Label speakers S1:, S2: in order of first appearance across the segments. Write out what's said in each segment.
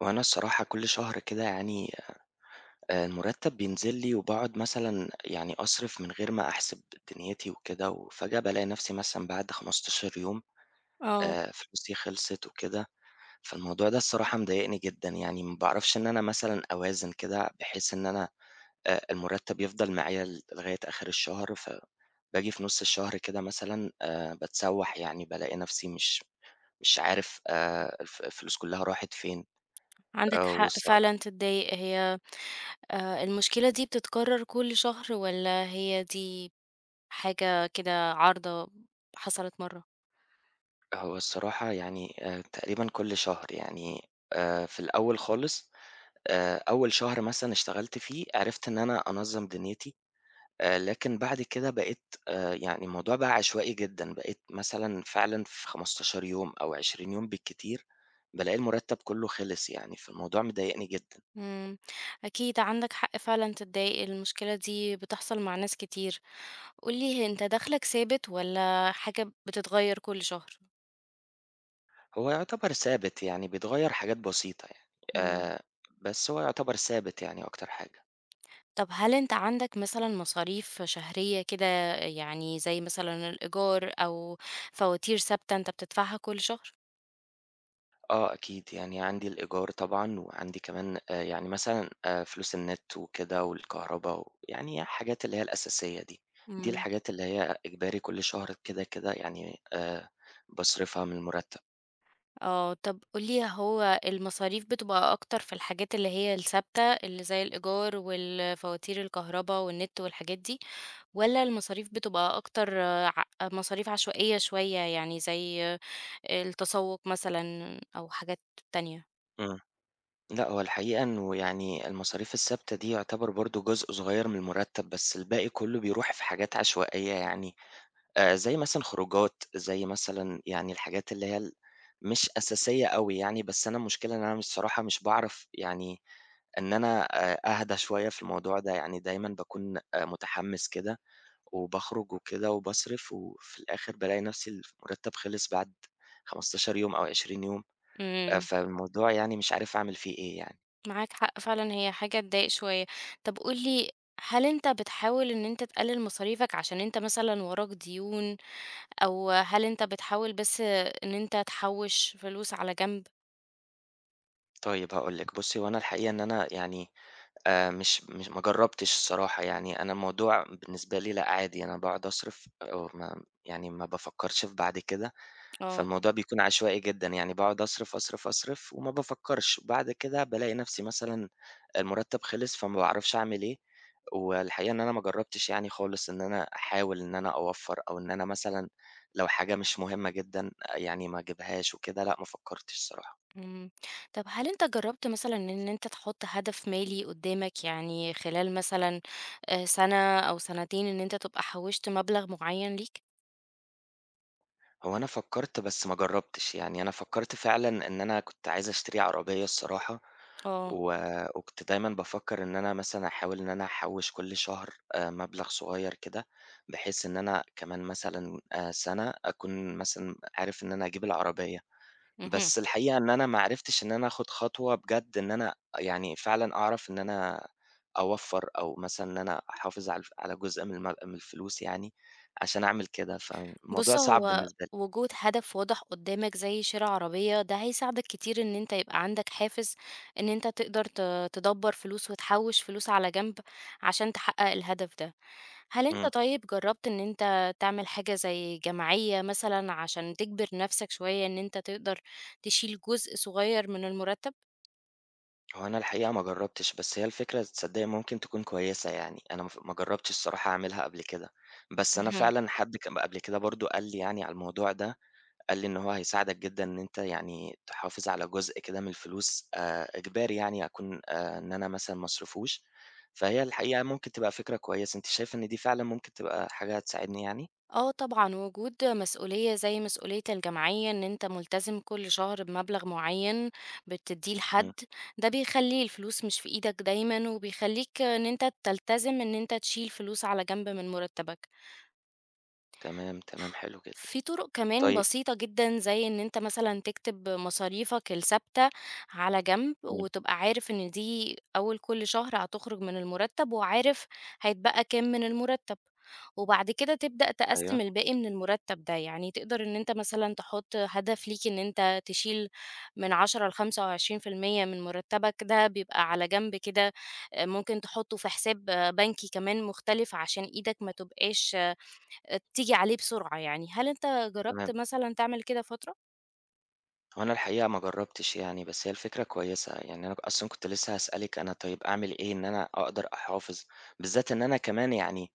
S1: وأنا الصراحة كل شهر كده يعني، المُرتّب بينزل لي وباقعد مثلًا يعني أصرف من غير ما أحسب دنيتي وكده، وفجأة بالاقي نفسي مثلًا بعد 15 يوم
S2: آه،
S1: فلوسي خلصت وكده، فالموضوع ده الصراحة مضايقني جدًا، يعني ما باعرفش إن أنا مثلًا أوازن كده بحيث إن أنا المُرتّب يفضل معايا لغاية آخر الشهر، فباجي في نُص الشهر كده مثلًا باتسوّح يعني، بالاقي نفسي مش عارف، الفلوس كلها راحت فين،
S2: عندك حق
S1: والص
S2: فعلًا تتضايق. هي المشكلة دي بتتكرر كل شهر والّا هي دي حاجة كده عارضة حصلت مرّة؟
S1: هو الصراحة يعني تقريبًا كل شهر، يعني في الأول خالص، أول شهر مثلًا اشتغلت فيه عرفت إن أنا أنظّم دنيتي، لكن بعد كده بقيت، يعني الموضوع بقى عشوائي جدًا، بقيت مثلًا فعلًا في 15 يوم أو 20 يوم بالكتير بالاقي المرتب كله خلص يعني، فالموضوع مضايقني جدًا.
S2: إمم، أكيد عندك حق فعلًا تتضايق، المشكلة دي بتحصل مع ناس كتير. قُل لي أنت دخلك ثابت والّا حاجة بتتغير كل شهر؟
S1: هو يعتبر ثابت يعني بيتغير حاجات بسيطة يعني،
S2: إمم.
S1: آآ بس هو يعتبر ثابت يعني أكتر حاجة.
S2: طب هل أنت عندك مثلًا مصاريف شهرية كده، يعني زي مثلًا الإيجار أو فواتير ثابتة أنت بتدفعها كل شهر؟
S1: آه أكيد، يعني عندي الإيجار طبعًا، وعندي كمان يعني مثلًا فلوس النت وكده والكهربا، ويعني حاجات اللي هي الأساسية دي، دي
S2: إمم.
S1: الحاجات اللي هي إجباري كل شهر كده، كده يعني باصرفها من المُرتّب.
S2: آه، طب قُل لي هو المصاريف بتبقى أكتر في الحاجات اللي هي الثابتة، اللي زي الإيجار والفواتير الكهربا والنت والحاجات دي، والّا المصاريف بتبقى أكتر، آه، ع مصاريف عشوائية شوية، يعني زي التسوق مثلًا أو حاجات تانية؟
S1: إمم. لأ، هو الحقيقة إنه يعني المصاريف الثابتة دي يعتبر برضه جزء صغير من المُرتّب، بس الباقي كُلّه بيروح في حاجات عشوائية يعني، زي مثلًا خروجات، زي مثلًا يعني الحاجات اللي هي مش أساسية أوي يعني، بس أنا المشكلة إن أنا بصراحة مش باعرف يعني إن أنا أهدى شوية في الموضوع ده، يعني دايمًا باكون متحمّس كده وباخرج وكده وباصرف، وفي الآخر بالاقي نفسي المرتّب خلص بعد 15 يوم أو 20 يوم،
S2: إمم.
S1: فالموضوع يعني مش عارف أعمل فيه إيه يعني.
S2: معاك حق فعلًا، هي حاجة تضايق شوية. طب قُل لي، هل أنت بتحاول إن أنت تقلل مصاريفك عشان أنت مثلًا وراك ديون، أو هل أنت بتحاول بس إن أنت تحوّش فلوس على جنب؟
S1: طيب هاقول لِك، بُصّي هو أنا الحقيقة إن أنا يعني مش مش ما جرّبتش الصراحة يعني، أنا الموضوع بالنسبة لي لأ عادي، أنا باقعد أصرف، وما يعني ما بافكّرش في بعد كده.
S2: آه.
S1: فالموضوع بيكون عشوائي جدًا، يعني باقعد أصرف، أصرف، أصرف وما بافكّرش، وبعد كده بالاقي نفسي مثلًا المُرتّب خلص، فما باعرفش أعمل إيه، والحقيقة إن أنا ما جرّبتش يعني خالص إن أنا أحاول إن أنا أوفّر، أو إن أنا مثلًا لو حاجة مش مهمة جدًا يعني ما أجيبهاش وكده، لأ ما فكّرتش الصراحة.
S2: إمم. طب هل أنت جرّبت مثلًا إن أنت تحُط هدف مالي قُدّامك، يعني خلال مثلًا سَنة أو سَنتين إن أنت تبقى حوّشت مبلغ معيّن ليك؟
S1: هو أنا فكّرت بس ما جرّبتش، يعني أنا فكّرت فعلًا إن أنا كنت عايز أشتري عربية الصراحة،
S2: آه.
S1: و وكنت دايمًا بافكّر إن أنا مثلًا أحاول إن أنا أحوّش كل شهر مبلغ صغيّر كده، بحيث إن أنا كمان مثلًا سَنة أكون مثلًا عارف إن أنا أجيب العربية،
S2: اهم.
S1: بس الحقيقة إن أنا ما عرفتش إن أنا آخُد خطوة بجد إن أنا يعني فعلًا أعرف إن أنا أوفّر، أو مثلًا إن أنا أحافظ على جزء من الفلوس يعني، عشان أعمل كده، فالموضوع
S2: بُص،
S1: صعب
S2: هو
S1: بالنسبة لي.
S2: وجود هدف واضح قدّامك زي شِرا عربية، ده هيساعدك كتير إن أنت يبقى عندك حافز إن أنت تقدر تدبّر فلوس وتحوّش فلوس على جنب عشان تحقق الهدف ده. هل أنت
S1: إمم.
S2: طيب جرّبت إن أنت تعمل حاجة زي جمعية مثلًا عشان تجبر نَفْسك شوية إن أنت تقدر تشيل جزء صغير من المُرتّب؟
S1: هو أنا الحقيقة ما جرّبتش، بس هي الفكرة تصدّقي ممكن تكون كويسة يعني، أنا ما جرّبتش الصراحة أعملها قبل كده، بس أنا
S2: اهم.
S1: فعلًا حد كان قبل كده برضه قال لي يعني على الموضوع ده، قال لي إن هو هيساعدك جدًا إن أنت يعني تحافظ على جزء كده من الفلوس، إجباري يعني أكون، إن أنا مثلًا ما أصرفوش، فهي الحقيقة ممكن تبقى فكرة كويسة، أنتِ شايفة إن دي فعلًا ممكن تبقى حاجة هتساعدني يعني؟
S2: آه طبعًا، وجود مسؤولية زي مسؤولية الجمعية إن أنت ملتزم كل شهر بمبلغ معيّن بتدّيه لحد،
S1: إمم،
S2: ده بيخلّي الفلوس مش في إيدك دايمًا، وبيخلّيك إن أنت تلتزم إن أنت تشيل فلوس على جنب من مرتبك.
S1: تمام، تمام، حلو جدًا.
S2: في طرق كمان
S1: طيب،
S2: بسيطة جدًا، زي إن أنت مثلًا تكتب مصاريفك الثابتة على جنب،
S1: إمم،
S2: وتبقى عارف إن دي أول كل شهر هتخرج من المرتب، وعارف هيتبقى كام من المرتب، وبعد كده تبدأ
S1: أيوه،
S2: تقسّم الباقي من المرتب ده، يعني تقدر إن أنت مثلًا تحط هدف ليك إن أنت تشيل من 10 ل25% من مرتبك، ده بيبقى على جنب كده، ممكن تحطه في حساب بنكي كمان مختلف عشان إيدك ما تبقاش تيجي عليه بسرعة، يعني هل أنت جرّبت
S1: تمام.
S2: مثلًا تعمل كده فترة؟
S1: هو أنا الحقيقة ما جرّبتش يعني، بس هي الفكرة كويسة، يعني أنا أصلًا كنت لسه هاسألِك أنا طيب أعمل إيه إن أنا أقدر أحافظ، بالذات إن أنا كمان يعني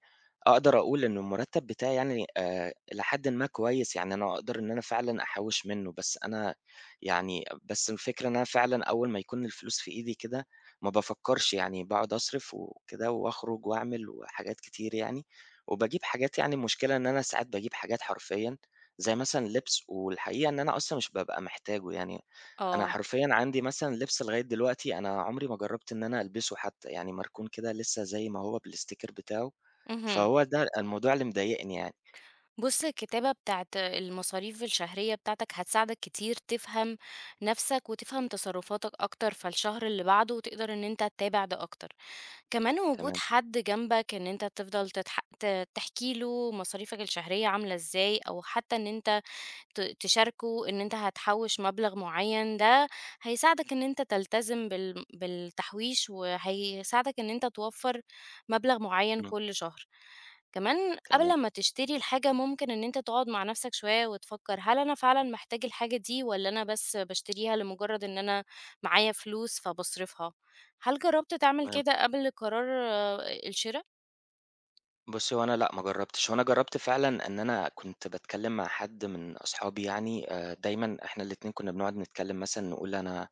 S1: أقدر أقول إن المرتب بتاعي يعني إلى حدٍ ما كويس، يعني أنا أقدر إن أنا فعلًا أحوّش منه، بس أنا، يعني بس الفكرة إن أنا فعلًا أول ما يكون الفلوس في إيدي كده ما بافكّرش، يعني باقعد أصرف وكده وأخرج وأعمل وحاجات كتير يعني، وباجيب حاجات، يعني المشكلة إن أنا ساعات باجيب حاجات حرفيًا زي مثلًا لبس، والحقيقة إن أنا أصلًا مش بابقى محتاجه، يعني أنا
S2: آه،
S1: حرفيًا عندي مثلًا لبس لغاية دلوقتي أنا عمري ما جرّبت إن أنا ألبسه حتى، يعني مركون كده لسه زي ما هو بالsticker بتاعه،
S2: اهم.
S1: فهو ده الموضوع اللي مضايقني يعني.
S2: بُص، الكتابة بتاعة المصاريف الشهرية بتاعتك هتساعدك كتير تفهم نَفْسك وتفهم تصرفاتك أكتر، فالشهر اللي بعده تقدر إن أنت تتابع ده أكتر. كمان وجود
S1: تمام،
S2: حد جنبك إن أنت تفضل تتح ت تحكي له مصاريفك الشهرية عاملة إزاي، أو حتى إن أنت تشاركه إن أنت هتحوّش مبلغ معيّن، ده هيساعدك إن أنت تلتزم بالتحويش، وهيساعدك إن أنت توفّر مبلغ معيّن
S1: إمم،
S2: كل شهر. كمان
S1: تمام،
S2: قبل ما تشتري الحاجة ممكن إن أنت تقعد مع نفسك شوية وتفكّر، هل أنا فعلًا محتاج الحاجة دي والّا أنا بس باشتريها لمجرد إن أنا معايا فلوس فباصرفها؟ هل جرّبت تعمل
S1: تمام.
S2: كده قبل قرار الشرا؟
S1: بُصّي، هو أنا لأ ما جرّبتش، هو أنا جرّبت فعلًا إن أنا كنت باتكلّم مع حد من أصحابي يعني، دايمًا إحنا الاتنين كُنّا بنقعد نتكلّم مثلًا نقول أنا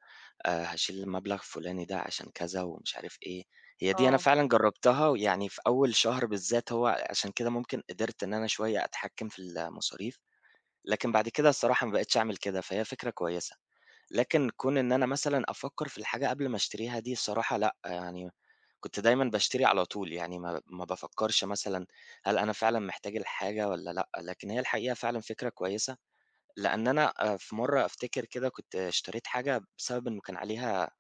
S1: هاشيل المبلغ الفُلاني ده عشان كذا ومش عارف إيه، هي دي أنا
S2: آه،
S1: فعلًا جرّبتها، ويعني في أول شهر بالذات هو عشان كده ممكن قدرت إن أنا شوية أتحكّم في المصاريف، لكن بعد كده الصراحة ما بقيتش أعمل كده، فهي فكرة كويسة. لكن كون إن أنا مثلًا أفكّر في الحاجة قبل ما أشتريها دي الصراحة لأ، يعني كنت دايمًا باشتري على طول، يعني ما بافكّرش مثلًا هل أنا فعلًا محتاج الحاجة والّا لأ، لكن هي الحقيقة فعلًا فكرة كويسة، لأن أنا في مرّة أفتكر كده كنت اشتريت حاجة بسبب إنه كان عليها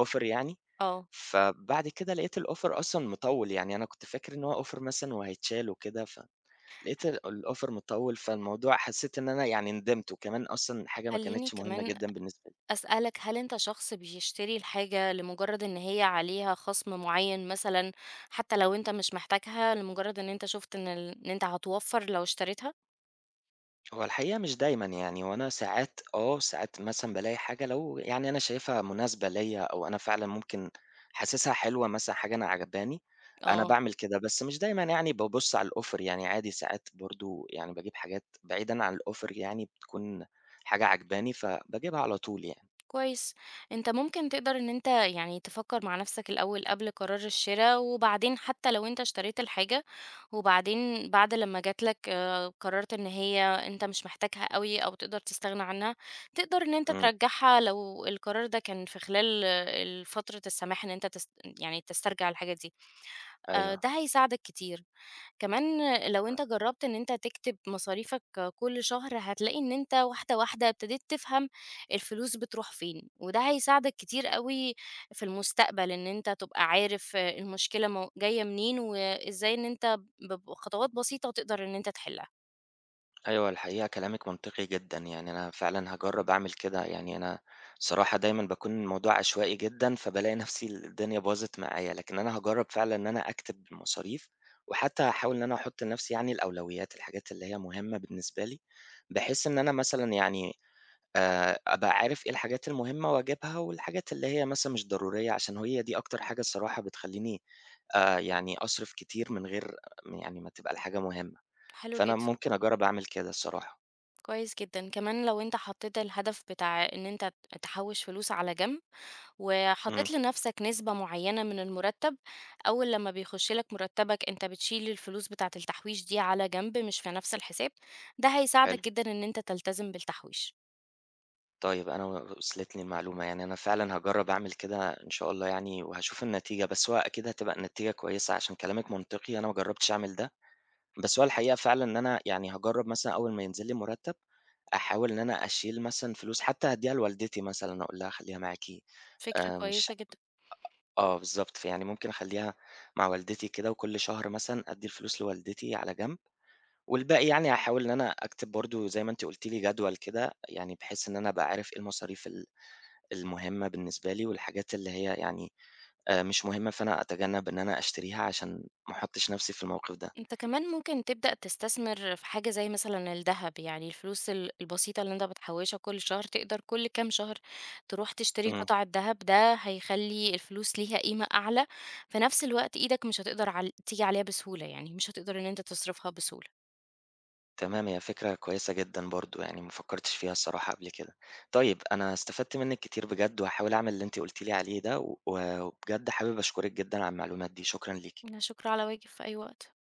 S1: offer يعني،
S2: آه.
S1: فبعد كده لقيت الoffer أصلًا مطوّل، يعني أنا كنت فاكر إن هو offer مثلًا وهيتشال وكده، فلقيت ال الoffer مطوّل، فالموضوع حسّيت إن أنا يعني ندمت، وكمان أصلًا حاجة ما
S2: خلّيني
S1: كانتش مهمة
S2: كمان
S1: جدًا بالنسبة.
S2: أسألك، هل أنت شخص بيشتري الحاجة لمجرد إن هي عليها خصم معين مثلًا، حتى لو أنت مش محتاجها، لمجرد إن أنت شُفت إن أنت هتوفّر لو اشتريتها؟
S1: هو الحقيقة مش دايمًا يعني، هو أنا ساعات مثلًا بالاقي حاجة، لو يعني أنا شايفها مناسبة ليّا أو أنا فعلًا ممكن حاسسها حلوة مثلًا، حاجة أنا عاجباني، أنا
S2: آه.
S1: باعمل كده، بس مش دايمًا يعني بابُص على الoffer يعني، عادي ساعات برضه يعني باجيب حاجات بعيدًا عن الoffer، يعني بتكون حاجة عاجباني فباجيبها على طول يعني.
S2: كويس. انت ممكن تقدر ان انت، يعني تفكر مع نفسك الاول قبل قرار الشراء، وبعدين حتى لو انت اشتريت الحاجة وبعدين بعد لما جاتلك قررت ان هي انت مش محتاجها قوي او تقدر تستغنى عنها، تقدر ان انت
S1: إمم،
S2: ترجعها لو القرار ده كان في خلال فترة السماح، ان انت يعني تسترجع الحاجة دي.
S1: أيوه.
S2: ده هيساعدك كتير. كمان لو أنت جرّبت إن أنت تكتب مصاريفك كل شهر، هتلاقي إن أنت واحدة، واحدة ابتديت تفهم الفلوس بتروح فين، وده هيساعدك كتير أوي في المستقبل إن أنت تبقى عارف المشكلة مو جاية منين، وإزاي إن أنت بخطوات بسيطة تقدر إن أنت تحلها.
S1: أيوه، الحقيقة كلامِك منطقي جدًا، يعني أنا فعلًا هاجرّب أعمل كده، يعني أنا بصراحة دايمًا باكون الموضوع عشوائي جدًا، فبالاقي نفسي الدنيا باظت معايا، لكن أنا هاجرّب فعلًا إن أنا أكتب مصاريف، وحتى هاحاول إن أنا أحُط لنفسي يعني الأولويات، الحاجات اللي هي مهمة بالنسبة لي، بحيث إن أنا مثلًا يعني أبقى عارف إيه الحاجات المهمة وأجيبها، والحاجات اللي هي مثلًا مش ضرورية، عشان هي دي أكتر حاجة الصراحة بتخلّيني يعني أصرف كتير من غير يعني ما تبقى الحاجة مهمة.
S2: حلو
S1: فأنا
S2: جدًا،
S1: ممكن أجرّب أعمل كده الصراحة.
S2: كويس جدًا. كمان لو أنت حطيت الهدف بتاع إن أنت تحوّش فلوس على جنب،
S1: إمم،
S2: وحطيت لنفسك نسبة معينة من المرتب، أول لما بيخش لك مرتبك أنت بتشيل الفلوس بتاعة التحويش دي على جنب مش في نفس الحساب، ده هيساعدك
S1: حلو.
S2: جدا إن أنت تلتزم بالتحويش.
S1: طيب أنا وصلتني المعلومة، يعني أنا فعلًا هاجرّب أعمل كده إن شاء الله يعني وهاشوف النتيجة، بس هو أكيد هتبقى النتيجة كويسة عشان كلامِك منطقي، أنا ما جرّبتش أعمل ده، بس هو الحقيقة فعلًا إن أنا يعني هاجرّب مثلًا أول ما ينزل لي مرتّب، أحاول إن أنا أشيل مثلًا فلوس حتى هادّيها لوالدتي مثلًا، أقول لها خلّيها معاكِ،
S2: فكرة
S1: مش
S2: كويسة جدا.
S1: آه بالضبط، فيعني ممكن أخلّيها مع والدتي كده، وكل شهر مثلًا أدّي الفلوس لوالدتي على جنب، والباقي يعني هاحاول إن أنا أكتب برضه زي ما أنتِ قُلتِ لي جدول كده، يعني بحيث إن أنا أبقى عارف إيه المصاريف المهمة بالنسبة لي، والحاجات اللي هي يعني مش مهمة، فأنا أتجنب إن أنا أشتريها عشان ما أحطّش نفسي في الموقف ده.
S2: أنت كمان ممكن تبدأ تستثمر في حاجة زي مثلا الذهب، يعني الفلوس البسيطة اللي أنت بتحوشها كل شهر تقدر كل كام شهر تروح تشتري
S1: إمم،
S2: قطع الذهب، ده هيخلي الفلوس ليها قيمة أعلى. في نفس الوقت إيدك مش هتقدر تيجي عليها بسهولة، يعني مش هتقدر إن أنت تصرفها بسهولة.
S1: تمام، هي فكرة كويسة جدًا برضه، يعني ما فكّرتش فيها الصراحة قبل كده. طيب أنا استفدت منِّك كتير بجد، وهاحاول أعمل اللي أنتِ قُلتِ لي عليه ده، و وبجد حابب أشكرِك جدًا على المعلومات دي، شكرًا ليكِ.
S2: لا شكر على واجب، في أي وقت.